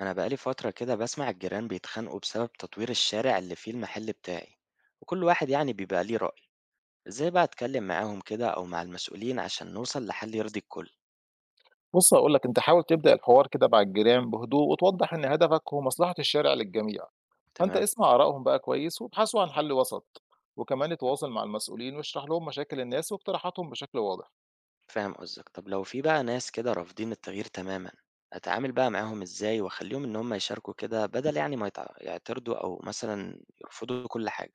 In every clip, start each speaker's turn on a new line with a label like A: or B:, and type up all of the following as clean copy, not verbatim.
A: أنا بقالي فترة كده بسمع الجيران بيتخانقوا بسبب تطوير الشارع اللي فيه المحل بتاعي، وكل واحد يعني بيبقى ليه رأي. إزاي بقى أتكلم معاهم كده أو مع المسؤولين عشان نوصل لحل يرضي الكل؟
B: بُص هاقول لك، أنت حاول تبدأ الحوار كده مع الجيران بهدوء وتوضّح إن هدفك هو مصلحة الشارع للجميع، فأنت
A: تمام.
B: اسمع آرائهم بقى كويس وابحثوا عن حل وسط، وكمان اتواصل مع المسؤولين واشرح لهم مشاكل الناس واقتراحاتهم بشكل واضح،
A: فاهم قصدك. طب لو في بقى ناس كده رافضين التغيير تماما، أتعامل بقى معاهم إزاي وأخليهم إن هم يشاركوا كده بدل يعني ما يعترضوا أو مثلا يرفضوا كل حاجة؟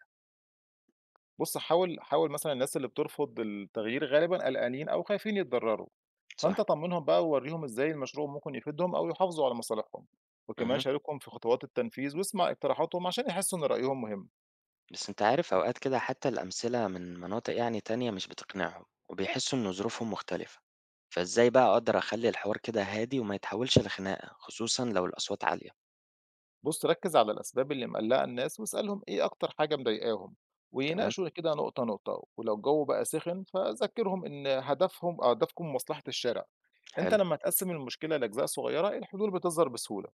B: بُص حاول مثلًا الناس اللي بترفض التغيير غالبًا قلقانين أو خايفين يتضرروا، فأنت
A: صح.
B: طمّنهم بقى وورّيهم إزاي المشروع ممكن يفيدهم أو يحافظوا على مصالحهم، وكمان
A: مهم.
B: شاركهم في خطوات التنفيذ واسمع اقتراحاتهم عشان يحسوا إن رأيهم مهم.
A: بس أنت عارف أوقات كده حتى الأمثلة من مناطق يعني تانية مش بتقنعهم وبيحسوا إن ظروفهم مختلفة. فإزاي بقى أقدر أخلي الحوار كده هادي وما يتحولش لخناقة، خصوصا لو الأصوات عالية؟
B: بُص، ركّز على الأسباب اللي مقلّقة الناس واسألهم إيه أكتر حاجة مضايقاهم،
A: تمام.
B: ويناقشوا كده نقطة، نقطة، ولو الجو بقى سِخِن فذكّرهم إن هدفهم آه، هدفكم مصلحة الشارع، أنت
A: حلو.
B: لمّا تقسّم المشكلة لأجزاء صغيّرة الحلول بتظهر بسهولة.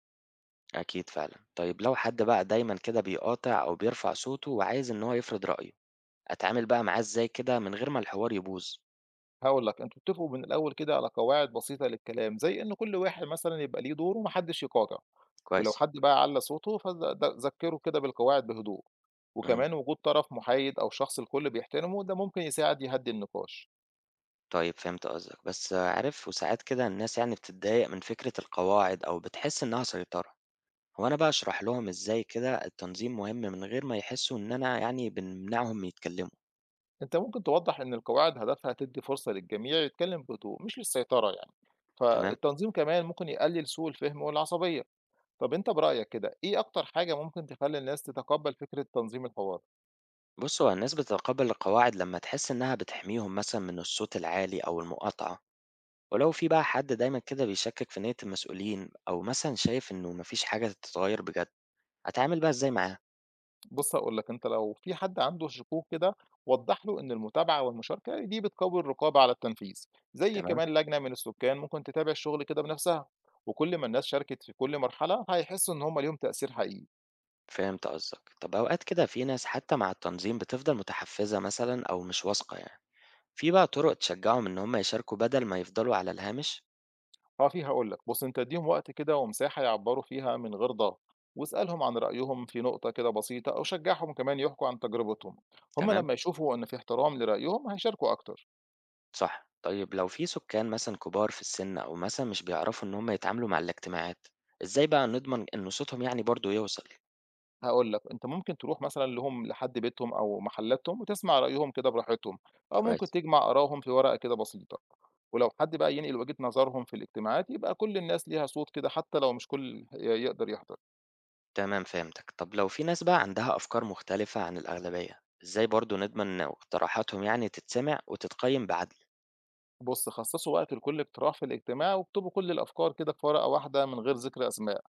A: أكيد فعلا. طيب لو حد بقى دايما كده بيقاطع أو بيرفع صوته وعايز إن هو يفرض رأيه، أتعامل بقى معاه إزاي كده من غير ما الحوار يبوظ؟
B: هاقول لك أنتم اتفقوا من الأول كده على قواعد بسيطة للكلام، زي إن كل واحد مثلًا يبقى ليه دور وما حدّش يقاطع، ولو
A: كويس.
B: حد بقى علّى صوته فذ د ذكّره كده بالقواعد بهدوء،
A: مم.
B: وكمان وجود طرف مُحايد أو شخص الكل بيحترمه ده ممكن يساعد يهدّي النقاش.
A: طيب فهمت قصدك، بس عارف وساعات كده الناس يعني بتتضايق من فكرة القواعد أو بتحس إنها سيطرة. هو أنا بقى أشرح لهم إزاي كده التنظيم مهم من غير ما يحسوا إن أنا يعني بنمنعهم يتكلموا؟
B: أنت ممكن توضح إن القواعد هدفها تدي فرصة للجميع يتكلم بهدوء مش للسيطرة يعني،
A: تمام.
B: فالتنظيم كمان ممكن يقلل سوء الفهم والعصبية. طب أنت برأيك كده إيه أكتر حاجة ممكن تخلي الناس تتقبل فكرة تنظيم الحوار؟
A: بص، هو الناس بتتقبل القواعد لما تحس إنها بتحميهم مثلا من الصوت العالي أو المقاطعة. ولو في بقى حد دايما كده بيشكك في نية المسؤولين أو مثلا شايف إنه مفيش حاجة تتغير بجد، هتعامل بقى إزاي معاه؟
B: بص هقول لك، أنت لو في حد عنده شكوك كده وضح له إن المتابعة والمشاركة دي بتقوي الرقابة على التنفيذ، زي
A: تمام.
B: كمان لجنة من السكان ممكن تتابع الشغل كده بنفسها، وكل ما الناس شاركت في كل مرحلة هيحسوا إن هم ليهم تأثير حقيقي.
A: فهمت قصدك. طب أوقات كده في ناس حتى مع التنظيم بتفضل متحفزة مثلا أو مش واثقة يعني. في بقى طرق تشجعهم إن هم يشاركوا بدل ما يفضلوا على الهامش؟
B: آه، في. هاقول لك، بُص أنت ادّيهم وقت كده ومساحة يعبّروا فيها من غير ضغط، واسألهم عن رأيهم في نقطة كده بسيطة أو شجّعهم كمان يحكوا عن تجربتهم، هم
A: تمام.
B: لمّا يشوفوا إن في احترام لرأيهم هيشاركوا أكتر.
A: صح. طيب لو في سكان مثلا كبار في السن أو مثلا مش بيعرفوا إن هم يتعاملوا مع الاجتماعات، إزاي بقى نضمن إن صوتهم يعني برضو يوصل؟
B: هاقول لك أنت ممكن تروح مثلًا لهم لحد بيتهم أو محلاتهم وتسمع رأيهم كده براحتهم، أو ممكن
A: كويس.
B: تجمع آرائهم في ورقة كده بسيطة، ولو حد بقى ينقل وجهة نظرهم في الاجتماعات يبقى كل الناس ليها صوت كده حتى لو مش كل يقدر يحضر.
A: تمام. فهمتك. طب لو في ناس بقى عندها أفكار مختلفة عن الأغلبية، إزاي برضو نضمن إن اقتراحاتهم يعني تتسمع وتتقيم بعدل؟
B: بُص خصصوا وقت لكل اقتراح في الاجتماع واكتبوا كل الأفكار كده في ورقة واحدة من غير ذكر أسماء.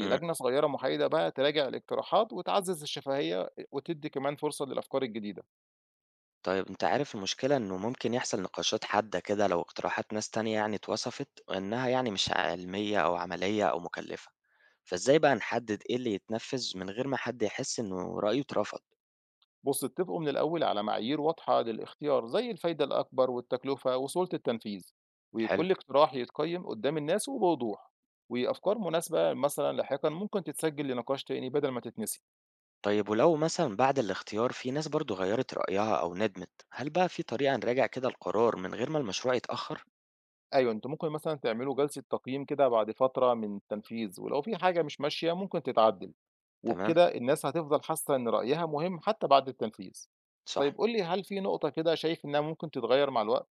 A: مم.
B: صغيرة محايدة بقى تراجع الاقتراحات وتعزز الشفهية وتدي كمان فرصة للأفكار الجديدة.
A: طيب أنت عارف المشكلة إنه ممكن يحصل نقاشات حادة كده لو اقتراحات ناس تانية يعني اتوصفت إنها يعني مش علمية أو عملية أو مكلفة. فإزاي بقى نحدد إيه اللي يتنفذ من غير ما حد يحس إنه رأيه اترفض؟
B: بص اتفقوا من الأول على معايير واضحة للاختيار زي الفايدة الأكبر والتكلفة وسهولة التنفيذ،
A: حلو.
B: وكل اقتراح يتقيم قدام الناس وبوضوح، وأفكار مناسبة مثلا لاحقا ممكن تتسجل لنقاش تاني بدل ما تتنسي.
A: طيب ولو مثلا بعد الاختيار في ناس برضو غيرت رأيها أو ندمت، هل بقى في طريقة نراجع كده القرار من غير ما المشروع يتأخر؟
B: أيوه، أنتم ممكن مثلًا تعملوا جلسة تقييم كده بعد فترة من التنفيذ، ولو في حاجة مش ماشية ممكن تتعدل،
A: تمام.
B: وبكده الناس هتفضل حاسة إن رأيها مهم حتى بعد التنفيذ. طيب
A: صح.
B: قُل لي، هل في نقطة كده شايف إنها ممكن تتغير مع الوقت؟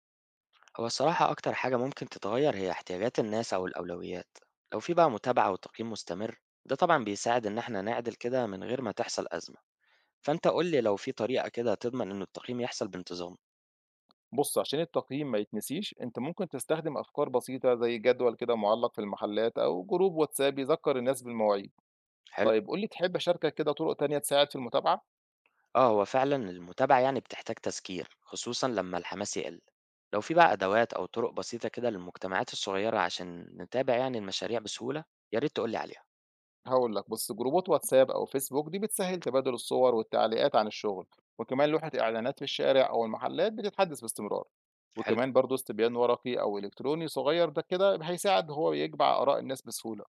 A: هو الصراحة أكتر حاجة ممكن تتغير هي احتياجات الناس أو الأولويات. لو في بقى متابعة وتقييم مستمر، ده طبعا بيساعد إن احنا نعدل كده من غير ما تحصل أزمة. فأنت قول لي، لو في طريقة كده تضمن إن التقييم يحصل بانتظام.
B: بُص عشان التقييم ما يتنسيش، أنت ممكن تستخدم أفكار بسيطة زي جدول كده معلق في المحلات أو جروب واتساب يذكر الناس بالمواعيد.
A: حلو.
B: طيب قُل لي، تحب أشاركك كده طرق تانية تساعد في المتابعة؟
A: آه، هو فعلًا المتابعة يعني بتحتاج تذكير، خصوصًا لمّا الحماس يقل. لو في بقى أدوات أو طرق بسيطة كده للمجتمعات الصغيرة عشان نتابع يعني المشاريع بسهولة، يا ريت تقول لي عليها.
B: هاقول لك، بُص جروبات واتساب أو فيسبوك دي بتسهّل تبادل الصور والتعليقات عن الشغل، وكمان لوحة إعلانات في الشارع أو المحلات بتتحدث باستمرار،
A: حلو،
B: وكمان برضه استبيان ورقي أو إلكتروني صغير ده كده هيساعد هو يجمع آراء الناس بسهولة.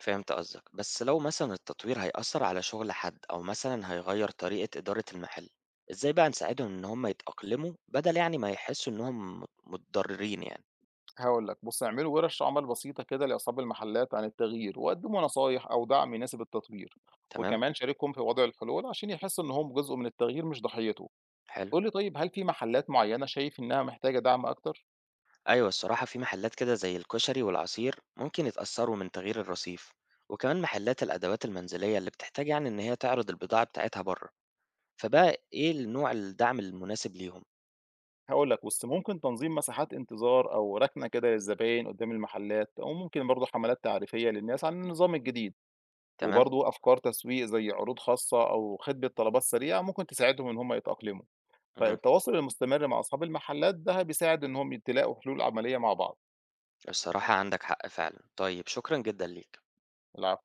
A: فهمت قصدك، بس لو مثلًا التطوير هيأثر على شغل حد أو مثلًا هيغير طريقة إدارة المحل، إزاي بقى نساعدهم إن هم يتأقلموا بدل يعني ما يحسوا إنهم متضررين يعني؟
B: هاقول لك بُص اعملوا ورش عمل بسيطة كده لأصحاب المحلات عن التغيير، وقدموا نصايح أو دعم يناسب التطوير،
A: تمام،
B: وكمان شاركهم في وضع الحلول عشان يحسوا إنهم جزء من التغيير مش ضحيته.
A: حلو.
B: قُل لي طيب، هل في محلات معينة شايف إنها محتاجة دعم أكتر؟
A: أيوة، الصراحة في محلات كده زي الكشري والعصير ممكن يتأثروا من تغيير الرصيف، وكمان محلات الأدوات المنزلية اللي بتحتاج يعني إن هي تعرض البضاعة بتاعتها بره. فبقى إيه النوع الدعم المناسب ليهم؟
B: هاقول لك بُص، ممكن تنظيم مساحات انتظار أو ركنة كده للزباين قدّام المحلات، أو ممكن برضه حملات تعريفية للناس عن النظام الجديد،
A: تمام؟
B: وبرضه أفكار تسويق زي عروض خاصة أو خدمة طلبات سريعة ممكن تساعدهم إن هم يتأقلموا،
A: مم.
B: فالتواصل المستمر مع أصحاب المحلات ده بيساعد إنهم تلاقوا حلول عملية مع بعض.
A: الصراحة عندك حق فعلا. طيب شكرا جدا ليك.
B: العفو.